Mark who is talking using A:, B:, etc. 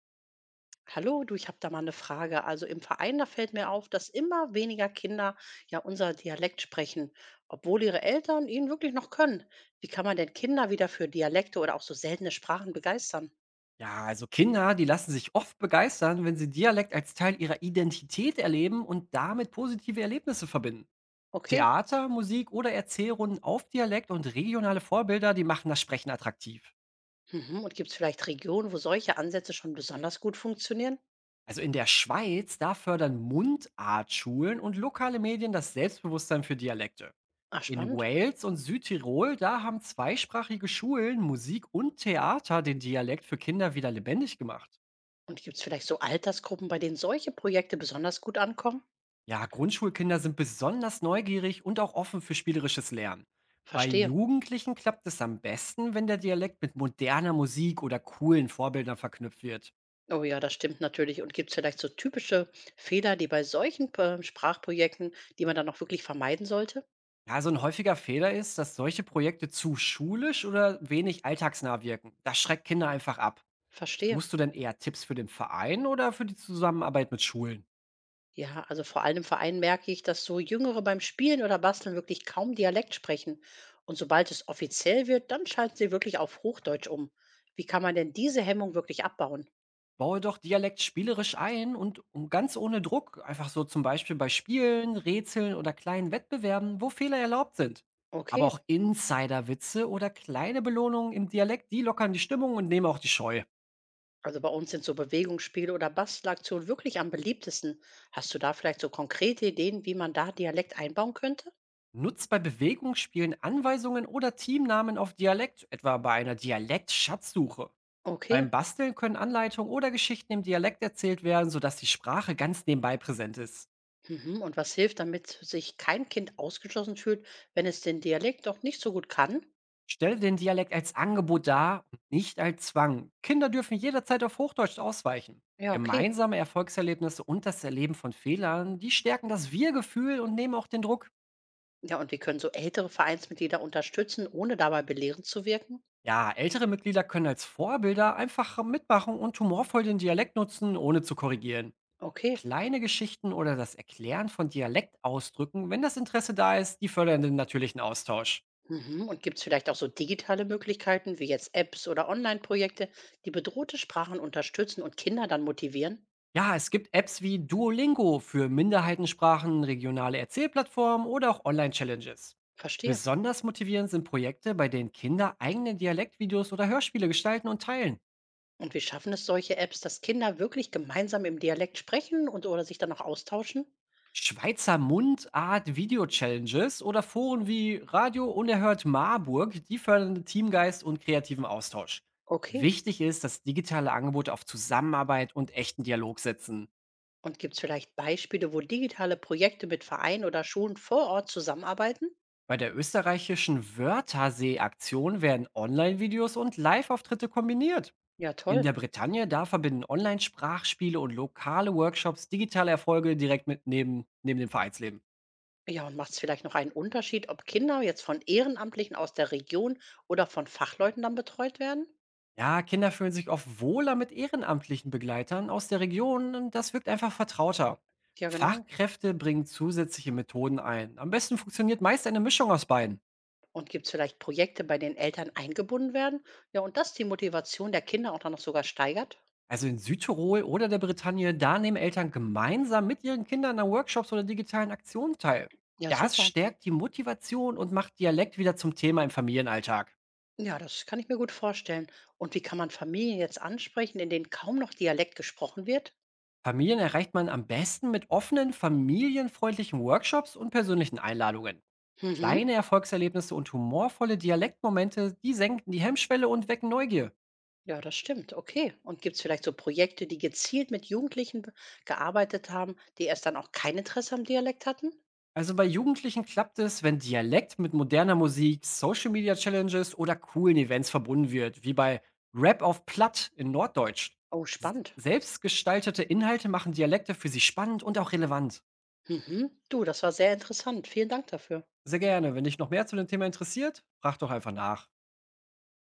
A: Hallo, du, ich habe da mal eine Frage. Also im Verein, da fällt mir auf, dass immer weniger Kinder ja unser Dialekt sprechen, obwohl ihre Eltern ihn wirklich noch können. Wie kann man denn Kinder wieder für Dialekte oder auch so seltene Sprachen begeistern?
B: Ja, also Kinder, die lassen sich oft begeistern, wenn sie Dialekt als Teil ihrer Identität erleben und damit positive Erlebnisse verbinden.
A: Okay.
B: Theater, Musik oder Erzählrunden auf Dialekt und regionale Vorbilder, die machen das Sprechen attraktiv.
A: Mhm. Und gibt es vielleicht Regionen, wo solche Ansätze schon besonders gut funktionieren?
B: Also in der Schweiz, da fördern Mundartschulen und lokale Medien das Selbstbewusstsein für Dialekte.
A: Ach,
B: In
A: spannend.
B: Wales und Südtirol, da haben zweisprachige Schulen, Musik und Theater den Dialekt für Kinder wieder lebendig gemacht.
A: Und gibt es vielleicht so Altersgruppen, bei denen solche Projekte besonders gut ankommen?
B: Ja, Grundschulkinder sind besonders neugierig und auch offen für spielerisches Lernen. Bei
A: Verstehe.
B: Jugendlichen klappt es am besten, wenn der Dialekt mit moderner Musik oder coolen Vorbildern verknüpft wird.
A: Oh ja, das stimmt natürlich. Und gibt es vielleicht so typische Fehler, die bei solchen, Sprachprojekten, die man dann auch wirklich vermeiden sollte?
B: Ja, so ein häufiger Fehler ist, dass solche Projekte zu schulisch oder wenig alltagsnah wirken. Das schreckt Kinder einfach ab.
A: Verstehe.
B: Suchst du denn eher Tipps für den Verein oder für die Zusammenarbeit mit Schulen?
A: Ja, also vor allem im Verein merke ich, dass so Jüngere beim Spielen oder Basteln wirklich kaum Dialekt sprechen. Und sobald es offiziell wird, dann schalten sie wirklich auf Hochdeutsch um. Wie kann man denn diese Hemmung wirklich abbauen?
B: Baue doch Dialekt spielerisch ein und ganz ohne Druck, einfach so zum Beispiel bei Spielen, Rätseln oder kleinen Wettbewerben, wo Fehler erlaubt sind. Aber
A: Okay,
B: auch Insider-Witze oder kleine Belohnungen im Dialekt, die lockern die Stimmung und nehmen auch die Scheu.
A: also bei uns sind so Bewegungsspiele oder Bastelaktionen wirklich am beliebtesten. Hast du da vielleicht so konkrete Ideen, wie man da Dialekt einbauen könnte?
B: Nutzt bei Bewegungsspielen Anweisungen oder Teamnamen auf Dialekt, etwa bei einer Dialekt-Schatzsuche.
A: Okay.
B: Beim Basteln können Anleitungen oder Geschichten im Dialekt erzählt werden, sodass die Sprache ganz nebenbei präsent ist.
A: Mhm. Und was hilft, damit sich kein Kind ausgeschlossen fühlt, wenn es den Dialekt doch nicht so gut kann?
B: Stelle den Dialekt als Angebot dar und nicht als Zwang. Kinder dürfen jederzeit auf Hochdeutsch ausweichen.
A: Ja, okay.
B: Gemeinsame Erfolgserlebnisse und das Erleben von Fehlern, die stärken das Wir-Gefühl und nehmen auch den Druck.
A: Ja, und wie können so ältere Vereinsmitglieder unterstützen, ohne dabei belehrend zu wirken?
B: Ja, ältere Mitglieder können als Vorbilder einfach mitmachen und humorvoll den Dialekt nutzen, ohne zu korrigieren.
A: Okay.
B: Kleine Geschichten oder das Erklären von Dialektausdrücken, wenn das Interesse da ist, die fördern den natürlichen Austausch.
A: Mhm. Und gibt es vielleicht auch so digitale Möglichkeiten, wie jetzt Apps oder Online-Projekte, die bedrohte Sprachen unterstützen und Kinder dann motivieren?
B: Ja, es gibt Apps wie Duolingo für Minderheitensprachen, regionale Erzählplattformen oder auch Online-Challenges.
A: Verstehe.
B: Besonders motivierend sind Projekte, bei denen Kinder eigene Dialektvideos oder Hörspiele gestalten und teilen.
A: Und wie schaffen es solche Apps, dass Kinder wirklich gemeinsam im Dialekt sprechen und oder sich dann auch austauschen?
B: Schweizer Mundart-Video-Challenges oder Foren wie Radio Unerhört Marburg, die fördern Teamgeist und kreativen Austausch.
A: Okay.
B: Wichtig ist, dass digitale Angebote auf Zusammenarbeit und echten Dialog setzen.
A: Und gibt es vielleicht Beispiele, wo digitale Projekte mit Vereinen oder Schulen vor Ort zusammenarbeiten?
B: Bei der österreichischen Wörthersee-Aktion werden Online-Videos und Live-Auftritte kombiniert.
A: Ja,
B: In
A: toll.
B: der Bretagne, da verbinden Online-Sprachspiele und lokale Workshops digitale Erfolge direkt mit neben dem Vereinsleben.
A: Ja, und macht es vielleicht noch einen Unterschied, ob Kinder jetzt von Ehrenamtlichen aus der Region oder von Fachleuten dann betreut werden?
B: Ja, Kinder fühlen sich oft wohler mit ehrenamtlichen Begleitern aus der Region und das wirkt einfach vertrauter.
A: Ja, genau.
B: Fachkräfte bringen zusätzliche Methoden ein. Am besten funktioniert meist eine Mischung aus beiden.
A: Und gibt es vielleicht Projekte, bei denen Eltern eingebunden werden? Ja, und das die Motivation der Kinder auch dann noch sogar steigert?
B: Also in Südtirol oder der Bretagne, da nehmen Eltern gemeinsam mit ihren Kindern an Workshops oder digitalen Aktionen teil.
A: Ja,
B: Das
A: super.
B: stärkt die Motivation und macht Dialekt wieder zum Thema im Familienalltag.
A: Ja, das kann ich mir gut vorstellen. Und wie kann man Familien jetzt ansprechen, in denen kaum noch Dialekt gesprochen wird?
B: Familien erreicht man am besten mit offenen, familienfreundlichen Workshops und persönlichen Einladungen. Kleine
A: Mhm.
B: Erfolgserlebnisse und humorvolle Dialektmomente, die senken die Hemmschwelle und wecken Neugier.
A: Ja, das stimmt. Okay. Und gibt es vielleicht so Projekte, die gezielt mit Jugendlichen gearbeitet haben, die erst dann auch kein Interesse am Dialekt hatten?
B: Also bei Jugendlichen klappt es, wenn Dialekt mit moderner Musik, Social Media Challenges oder coolen Events verbunden wird, wie bei Rap auf Platt in Norddeutsch.
A: Oh, spannend.
B: Selbstgestaltete Inhalte machen Dialekte für sie spannend und auch relevant.
A: Mhm. Du, das war sehr interessant. Vielen Dank dafür.
B: Sehr gerne. Wenn dich noch mehr zu dem Thema interessiert, frag doch einfach nach.